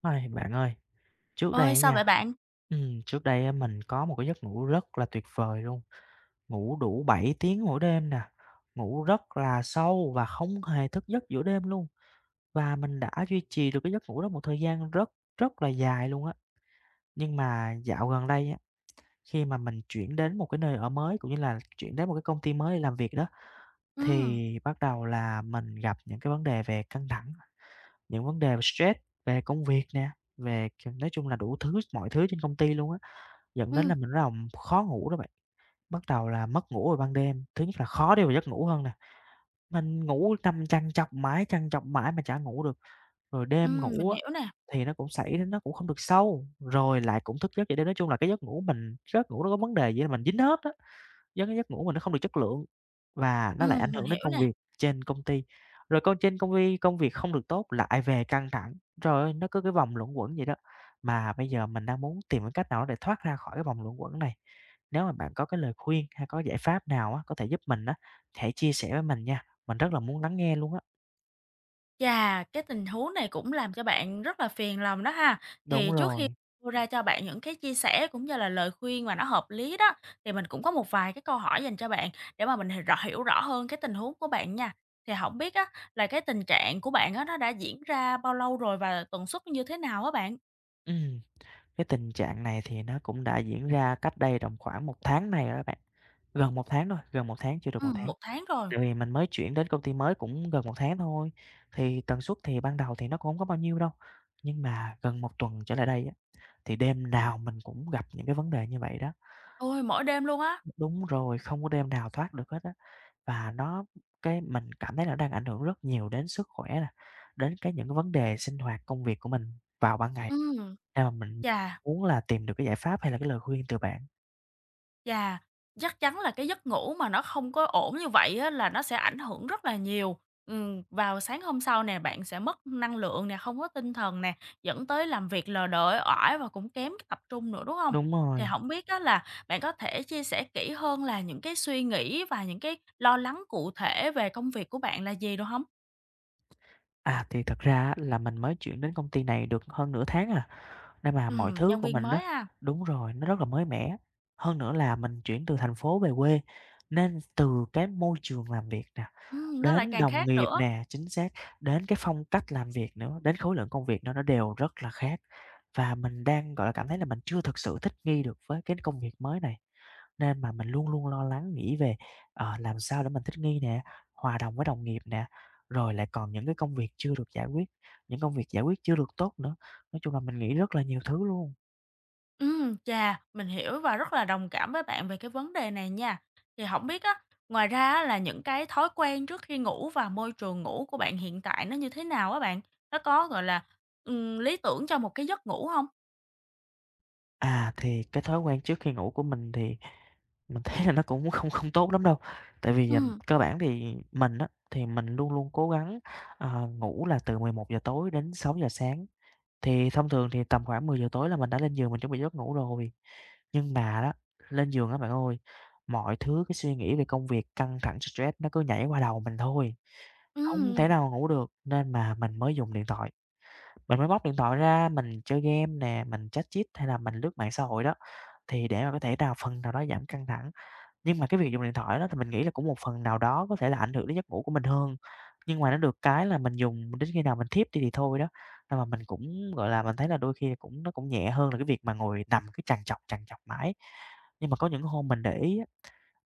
Ôi, bạn ơi, trước đây Ôi, á sao vậy nha, bạn? Trước đây á mình có một cái giấc ngủ rất là tuyệt vời luôn, ngủ đủ 7 tiếng mỗi đêm nè, ngủ rất là sâu và không hề thức giấc giữa đêm luôn. Và mình đã duy trì được cái giấc ngủ đó một thời gian rất là dài luôn á. Nhưng mà dạo gần đây á, khi mà mình chuyển đến một cái nơi ở mới, cũng như là chuyển đến một cái công ty mới để làm việc đó, Ừm, thì bắt đầu là mình gặp những cái vấn đề về căng thẳng. Những vấn đề về stress về công việc nè, về, kiểu, nói chung là đủ thứ, mọi thứ trên công ty luôn á, dẫn đến là ừm, mình bắt đầu khó ngủ đó bạn. Bắt đầu là mất ngủ vào ban đêm, thứ nhất là khó đi vào giấc ngủ hơn nè, mình ngủ nằm trằn trọc mãi mà chả ngủ được. Rồi đêm mình ngủ á, hiểu nè, thì nó cũng không được sâu, rồi lại cũng thức giấc vậy đó. Nói chung là cái giấc ngủ mình giấc ngủ nó có vấn đề vậy là mình dính hết á. Do cái giấc ngủ mình nó không được chất lượng và nó lại ảnh mình hưởng đến hiểu công nè. việc trên công ty, rồi công trên công ty công việc không được tốt lại về căng thẳng. Trời ơi, nó cứ cái vòng luẩn quẩn vậy đó. Mà bây giờ mình đang muốn tìm cái cách nào đó để thoát ra khỏi cái vòng luẩn quẩn này. Nếu mà bạn có cái lời khuyên hay có giải pháp nào á, có thể giúp mình á, hãy chia sẻ với mình nha, mình rất là muốn lắng nghe luôn á. Chà, cái tình huống này cũng làm cho bạn rất là phiền lòng đó ha. Đúng Thì trước khi rồi, đưa ra cho bạn những cái chia sẻ cũng như là lời khuyên mà nó hợp lý đó, thì mình cũng có một vài cái câu hỏi dành cho bạn để mà mình h rõ hiểu rõ hơn cái tình huống của bạn nha. Thì không biết á là cái tình trạng của bạn á nó đã diễn ra bao lâu rồi và tần suất như thế nào á bạn? ừm, cái tình trạng này thì nó cũng đã diễn ra cách đây tầm khoảng một tháng này rồi đó bạn, gần một tháng thôi, gần một tháng, chưa được một tháng. Một tháng rồi. Tại vì mình mới chuyển đến công ty mới cũng gần một tháng thôi, thì tần suất thì ban đầu thì nó cũng không có bao nhiêu đâu, nhưng mà gần một tuần trở lại đây á, thì đêm nào mình cũng gặp những cái vấn đề như vậy đó. Ôi, mỗi đêm luôn á? Đúng rồi, không có đêm nào thoát được hết á, và nó cái mình cảm thấy là nó đang ảnh hưởng rất nhiều đến sức khỏe nè, đến cái những cái vấn đề sinh hoạt công việc của mình vào ban ngày, Ừm, nên mà mình chà. muốn là tìm được cái giải pháp hay là cái lời khuyên từ bạn. Chà, chắc chắn là cái giấc ngủ mà nó không có ổn như vậy á, là nó sẽ ảnh hưởng rất là nhiều. Vào sáng hôm sau nè, bạn sẽ mất năng lượng nè, không có tinh thần nè, dẫn tới làm việc lờ đờ, uể oải và cũng kém cái tập trung nữa, đúng không? Đúng Thì rồi. không biết á là bạn có thể chia sẻ kỹ hơn là những cái suy nghĩ và những cái lo lắng cụ thể về công việc của bạn là gì được không? À, thì thật ra á là mình mới chuyển đến công ty này được hơn nửa tháng à. Nên mà mọi thứ Nhân của viên mình á mới à, đúng rồi, nó rất là mới mẻ. Hơn nữa là mình chuyển từ thành phố về quê, nên từ cái môi trường làm việc nè, nó lại đến càng đồng khác nghiệp nữa. nè, chính xác, đến cái phong cách làm việc nữa, đến khối lượng công việc nữa, nó đều rất là khác. Và mình đang, gọi là, cảm thấy là mình chưa thực sự thích nghi được với cái công việc mới này. Nên mà mình luôn luôn lo lắng nghĩ về, làm sao để mình thích nghi nè, hòa đồng với đồng nghiệp nè, rồi lại còn những cái công việc chưa được giải quyết, những công việc giải quyết chưa được tốt nữa. Nói chung là mình nghĩ rất là nhiều thứ luôn. Chà, mình hiểu và rất là đồng cảm với bạn về cái vấn đề này nha. Thì không biết á, ngoài ra á là những cái thói quen trước khi ngủ và môi trường ngủ của bạn hiện tại nó như thế nào á bạn? Nó có, gọi là, lý tưởng cho một cái giấc ngủ không? À, thì cái thói quen trước khi ngủ của mình thì mình thấy là nó cũng không không tốt lắm đâu. Tại vì, Ừm. cơ bản thì mình luôn luôn cố gắng, ngủ là từ 11 giờ tối đến 6 giờ sáng. Thì thông thường thì tầm khoảng 10 giờ tối là mình đã lên giường mình chuẩn bị giấc ngủ rồi. Nhưng mà đó, lên giường á bạn ơi, mọi thứ cái suy nghĩ về công việc, căng thẳng, stress nó cứ nhảy qua đầu mình thôi, không thể Ừm, nào ngủ được nên mà mình mới dùng điện thoại. Mình mới bóc điện thoại ra mình chơi game nè, mình chat chít hay là mình lướt mạng xã hội đó, thì để mà có thể nào phần nào đó giảm căng thẳng. Nhưng mà cái việc dùng điện thoại đó thì mình nghĩ là cũng một phần nào đó có thể là ảnh hưởng đến giấc ngủ của mình hơn. Nhưng mà nó được cái là mình dùng đến khi nào mình thiếp đi thì thôi đó. Nên mà mình cũng, gọi là, mình thấy là đôi khi cũng nó cũng nhẹ hơn là cái việc mà ngồi nằm cứ trằn trọc mãi. Nhưng mà có những hôm mình để ý á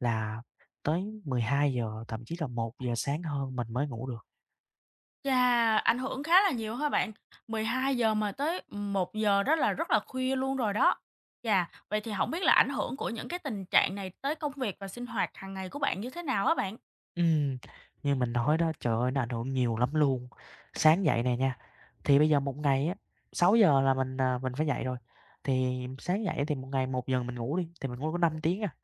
là tới 12 giờ thậm chí là 1 giờ sáng hơn mình mới ngủ được. chà, ảnh hưởng khá là nhiều ha bạn, 12 giờ mà tới 1 giờ đó là rất là khuya luôn rồi đó. Chà, vậy thì không biết là ảnh hưởng của những cái tình trạng này tới công việc và sinh hoạt hàng ngày của bạn như thế nào á bạn? Ừm, như mình nói đó, trời ơi, nó ảnh hưởng nhiều lắm luôn. Sáng dậy nè nha, thì bây giờ một ngày á, 6 giờ là mình phải dậy rồi, thì sáng dậy thì một ngày một giờ mình ngủ đi, thì mình ngủ có 5 tiếng à,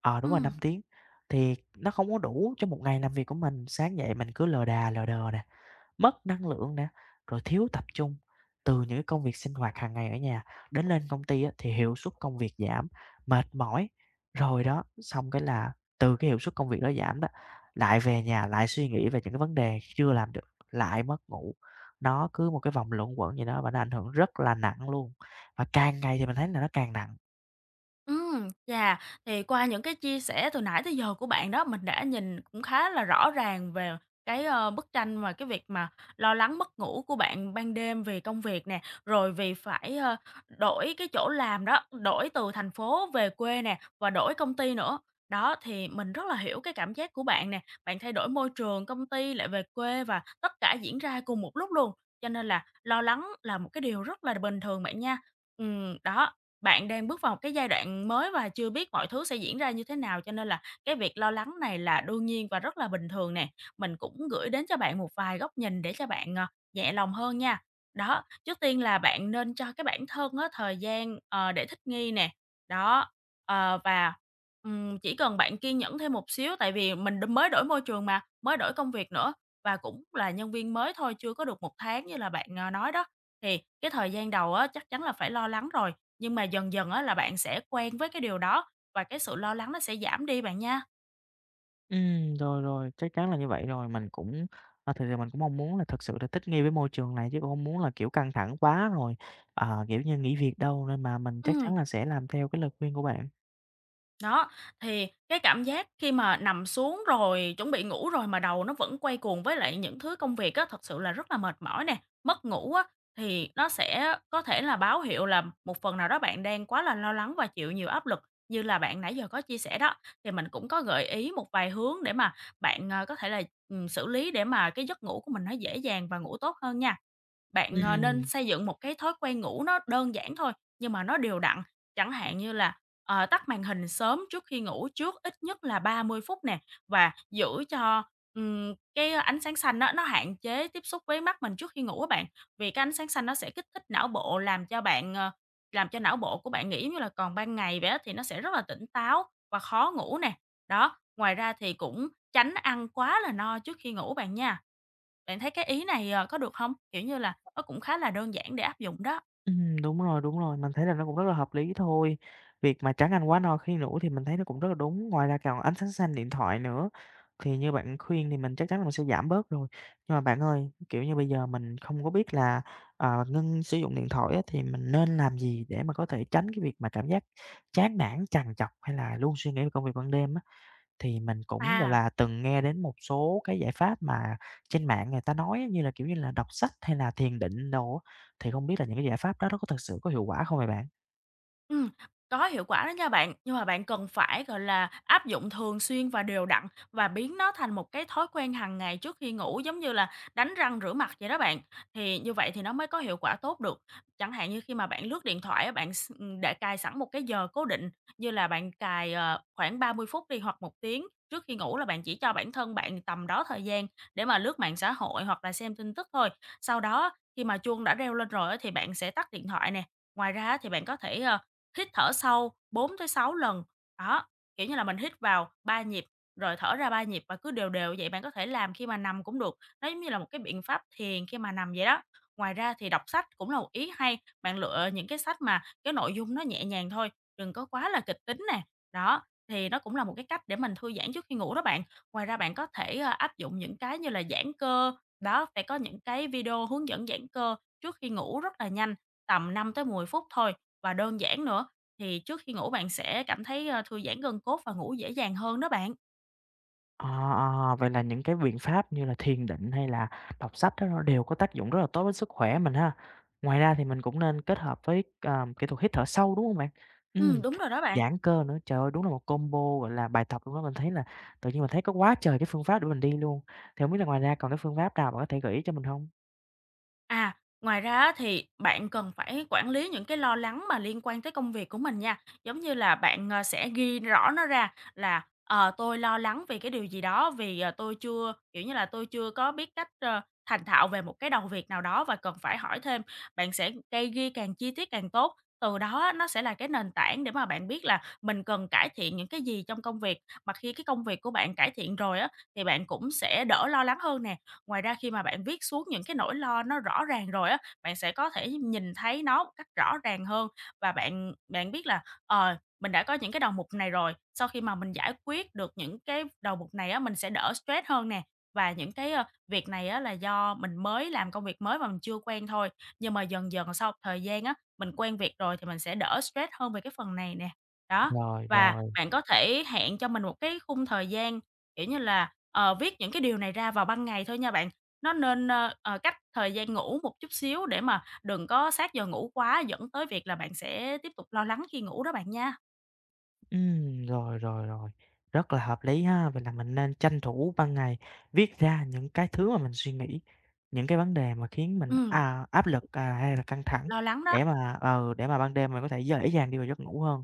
đúng rồi, 5 Ừm. tiếng, thì nó không có đủ cho một ngày làm việc của mình. Sáng dậy mình cứ lờ đà lờ đờ nè, mất năng lượng nè, rồi thiếu tập trung. Từ những cái công việc sinh hoạt hàng ngày ở nhà đến lên công ty á, thì hiệu suất công việc giảm, mệt mỏi, rồi đó, xong cái là từ cái hiệu suất công việc đó giảm đó, lại về nhà lại suy nghĩ về những cái vấn đề chưa làm được, lại mất ngủ. Nó cứ một cái vòng luẩn quẩn gì đó và nó ảnh hưởng rất là nặng luôn, và càng ngày thì mình thấy là nó càng nặng. Chà, thì qua những cái chia sẻ từ nãy tới giờ của bạn đó, mình đã nhìn cũng khá là rõ ràng về cái, bức tranh và cái việc mà lo lắng mất ngủ của bạn ban đêm vì công việc nè, rồi vì phải, đổi cái chỗ làm đó, đổi từ thành phố về quê nè, và đổi công ty nữa. Đó, thì mình rất là hiểu cái cảm giác của bạn nè, bạn thay đổi môi trường, công ty lại về quê và tất cả diễn ra cùng một lúc luôn, cho nên là lo lắng là một cái điều rất là bình thường bạn nha. Đó, bạn đang bước vào một cái giai đoạn mới và chưa biết mọi thứ sẽ diễn ra như thế nào, cho nên là cái việc lo lắng này là đương nhiên và rất là bình thường nè. Mình cũng gửi đến cho bạn một vài góc nhìn để cho bạn, nhẹ lòng hơn nha. Đó, trước tiên là bạn nên cho cái bản thân á, thời gian, để thích nghi nè. Đó, ờ, và, chỉ cần bạn kiên nhẫn thêm một xíu, tại vì mình mới đổi môi trường mà, mới đổi công việc nữa và cũng là nhân viên mới thôi, chưa có được một tháng như là bạn, nói đó, thì cái thời gian đầu á chắc chắn là phải lo lắng rồi. Nhưng mà dần dần á là bạn sẽ quen với cái điều đó và cái sự lo lắng nó sẽ giảm đi bạn nha. Rồi, rồi, chắc chắn là như vậy rồi. Thực sự mình cũng mong muốn là thật sự là thích nghi với môi trường này chứ cũng hông muốn là, kiểu, căng thẳng quá rồi, kiểu như, nghỉ việc đâu, nên mà mình chắc chắn Ừm, là sẽ làm theo cái lời khuyên của bạn. đó, thì cái cảm giác khi mà nằm xuống rồi chuẩn bị ngủ rồi mà đầu nó vẫn quay cuồng với lại những thứ công việc á, thật sự là rất là mệt mỏi nè, mất ngủ á, thì nó sẽ có thể là báo hiệu là một phần nào đó bạn đang quá là lo lắng và chịu nhiều áp lực như là bạn nãy giờ có chia sẻ đó. Thì mình cũng có gợi ý một vài hướng để mà bạn, có thể là, xử lý để mà cái giấc ngủ của mình nó dễ dàng và ngủ tốt hơn nha. Bạn, nên Ừm. xây dựng một cái thói quen ngủ nó đơn giản thôi, nhưng mà nó đều đặn, chẳng hạn như là, tắt màn hình sớm trước khi ngủ trước ít nhất là 30 phút nè, và giữ cho, cái ánh sáng xanh á, nó hạn chế tiếp xúc với mắt mình trước khi ngủ á bạn. Vì cái ánh sáng xanh nó sẽ kích thích não bộ làm cho bạn, làm cho não bộ của bạn nghĩ như là còn ban ngày vậy á, thì nó sẽ rất là tỉnh táo và khó ngủ nè. Đó, ngoài ra thì cũng tránh ăn quá là no trước khi ngủ bạn nha. Bạn thấy cái ý này, có được không? Kiểu như là, nó cũng khá là đơn giản để áp dụng đó. Đúng rồi, mình thấy là nó cũng rất là hợp lý thôi. Việc mà trắng ăn quá no khi ngủ thì mình thấy nó cũng rất là đúng, ngoài ra còn ánh sáng xanh điện thoại nữa, thì như bạn khuyên thì mình chắc chắn là mình sẽ giảm bớt rồi. Nhưng mà bạn ơi, kiểu như, bây giờ mình không có biết là, ngưng sử dụng điện thoại á, thì mình nên làm gì để mà có thể tránh cái việc mà cảm giác chán nản, trằn trọc hay là luôn suy nghĩ về công việc ban đêm á? Thì mình cũng, gọi À, là, từng nghe đến một số cái giải pháp mà trên mạng người ta nói á, như là, kiểu như là, đọc sách hay là thiền định đồ á, thì không biết là những cái giải pháp đó nó có thực sự có hiệu quả không vậy bạn? ừm, có hiệu quả đó nha bạn, nhưng mà bạn cần phải, gọi là, áp dụng thường xuyên và đều đặn và biến nó thành một cái thói quen hàng ngày trước khi ngủ, giống như là đánh răng rửa mặt vậy đó bạn. Thì như vậy thì nó mới có hiệu quả tốt được. Chẳng hạn như khi mà bạn lướt điện thoại á, bạn s để cài sẵn một cái giờ cố định, như là bạn cài, khoảng 30 phút đi hoặc một tiếng trước khi ngủ là bạn chỉ cho bản thân bạn tầm đó thời gian để mà lướt mạng xã hội hoặc là xem tin tức thôi. Sau đó khi mà chuông đã reo lên rồi á, thì bạn sẽ tắt điện thoại nè. Ngoài ra thì bạn có thể, hít thở sâu bốn tới sáu lần, đó, kiểu như là, mình hít vào 3 nhịp, rồi thở ra 3 nhịp và cứ đều đều vậy, bạn có thể làm khi mà nằm cũng được, nó giống như là một cái biện pháp thiền khi mà nằm vậy đó. Ngoài ra thì đọc sách cũng là một ý hay, bạn lựa những cái sách mà cái nội dung nó nhẹ nhàng thôi, đừng có quá là kịch tính nè, đó, thì nó cũng là một cái cách để mình thư giãn trước khi ngủ đó bạn. Ngoài ra bạn có thể, áp dụng những cái như là giãn cơ, đó, phải có những cái video hướng dẫn giãn cơ trước khi ngủ rất là nhanh, tầm 5 tới 10 phút thôi và đơn giản nữa. Thì trước khi ngủ bạn sẽ cảm thấy, thư giãn gân cốt và ngủ dễ dàng hơn đó bạn. Ờ, vậy là những cái biện pháp như là thiền định hay là đọc sách đó nó đều có tác dụng rất là tốt với sức khỏe mình ha. Ngoài ra thì mình cũng nên kết hợp với, kỹ thuật hít thở sâu, đúng hông bạn? Ừm, Đúng rồi đó bạn. giãn cơ nữa, trời ơi, đúng là một combo, gọi là, bài tập luôn á, mình thấy là tự nhiên mình thấy có quá trời cái phương pháp để mình đi luôn. Thì hông biết là ngoài ra còn cái phương pháp nào bạn có thể gợi ý cho mình hông? À, ngoài ra á thì bạn cần phải quản lý những cái lo lắng mà liên quan tới công việc của mình nha. Giống như là bạn, sẽ ghi rõ nó ra là, tôi lo lắng vì cái điều gì đó, vì, tôi chưa kiểu như là, tôi chưa có biết cách, thành thạo về một cái đầu việc nào đó và cần phải hỏi thêm. Bạn sẽ cây ghi càng chi tiết càng tốt, từ đó á nó sẽ là cái nền tảng để mà bạn biết là mình cần cải thiện những cái gì trong công việc. Mà khi cái công việc của bạn cải thiện rồi á, thì bạn cũng sẽ đỡ lo lắng hơn nè. Ngoài ra khi mà bạn viết xuống những cái nỗi lo nó rõ ràng rồi á, bạn sẽ có thể nhìn thấy nó một cách rõ ràng hơn và bạn bạn biết là, mình đã có những cái đầu mục này rồi, sau khi mà mình giải quyết được những cái đầu mục này á, mình sẽ đỡ stress hơn nè. Và những cái, việc này á là do mình mới làm công việc mới mà mình chưa quen thôi, nhưng mà dần dần sau thời gian á, mình quen việc rồi thì mình sẽ đỡ stress hơn về cái phần này nè. Đó, Rồi, và rồi. bạn có thể hẹn cho mình một cái khung thời gian. Kiểu như là, viết những cái điều này ra vào ban ngày thôi nha bạn, nó nên, cách thời gian ngủ một chút xíu để mà đừng có sát giờ ngủ quá, dẫn tới việc là bạn sẽ tiếp tục lo lắng khi ngủ đó bạn nha. Rồi, rồi, rồi. Rất là hợp lý ha, vậy là mình nên tranh thủ ban ngày viết ra những cái thứ mà mình suy nghĩ, những cái vấn đề mà khiến Ừm, áp lực, hay là căng thẳng lo lắng đó. để mà để mà ban đêm mình có thể dễ dàng đi vào giấc ngủ hơn.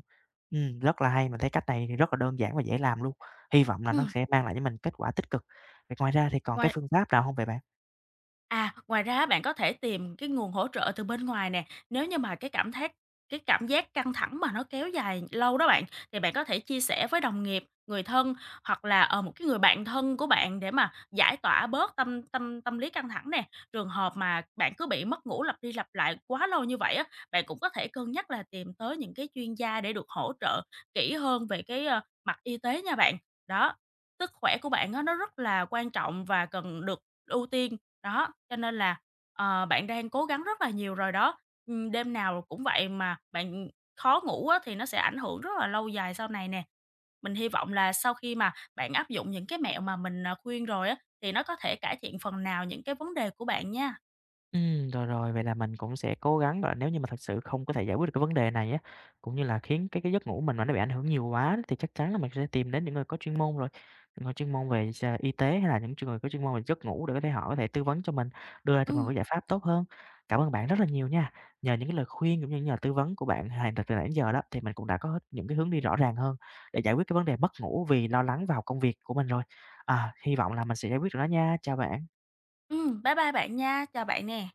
Rất là hay, mình thấy cách này thì rất là đơn giản và dễ làm luôn, hy vọng là nó Ừm. sẽ mang lại cho mình kết quả tích cực. Vậy ngoài ra thì còn cái Ngoài phương pháp nào không vậy bạn? À, ngoài ra á, bạn có thể tìm cái nguồn hỗ trợ từ bên ngoài nè, nếu như mà cái cảm giác căng thẳng mà nó kéo dài lâu đó bạn, thì bạn có thể chia sẻ với đồng nghiệp, người thân hoặc là, một cái người bạn thân của bạn để mà giải tỏa bớt tâm tâm tâm lý căng thẳng nè. Trường hợp mà bạn cứ bị mất ngủ lặp đi lặp lại quá lâu như vậy á, bạn cũng có thể cân nhắc là tìm tới những cái chuyên gia để được hỗ trợ kỹ hơn về cái, mặt y tế nha bạn. Đó, sức khỏe của bạn á, nó rất là quan trọng và cần được ưu tiên. Đó, cho nên là, bạn đang cố gắng rất là nhiều rồi đó. Đêm nào cũng vậy mà bạn khó ngủ á, thì nó sẽ ảnh hưởng rất là lâu dài sau này nè. Mình hy vọng là sau khi mà bạn áp dụng những cái mẹo mà mình, khuyên rồi á, thì nó có thể cải thiện phần nào những cái vấn đề của bạn nha. Rồi, rồi, vậy là mình cũng sẽ cố gắng, gọi là, nếu như mà thật sự không có thể giải quyết được cái vấn đề này á, cũng như là khiến cái giấc ngủ mình mà nó bị ảnh hưởng nhiều quá thì chắc chắn là mình sẽ tìm đến những người có chuyên môn rồi, những người chuyên môn về y tế hay là những người có chuyên môn về giấc ngủ để có thể họ có thể tư vấn cho mình, đưa ra Ừ, cho mình cái giải pháp tốt hơn. Cảm ơn bạn rất là nhiều nha, nhờ những cái lời khuyên cũng như nhờ tư vấn của bạn từ từ nãy đến giờ đó thì mình cũng đã có những cái hướng đi rõ ràng hơn để giải quyết cái vấn đề mất ngủ vì lo lắng vào công việc của mình rồi. À, hy vọng là mình sẽ giải quyết được nó nha. Chào bạn. Bye bye bạn nha, chào bạn nè.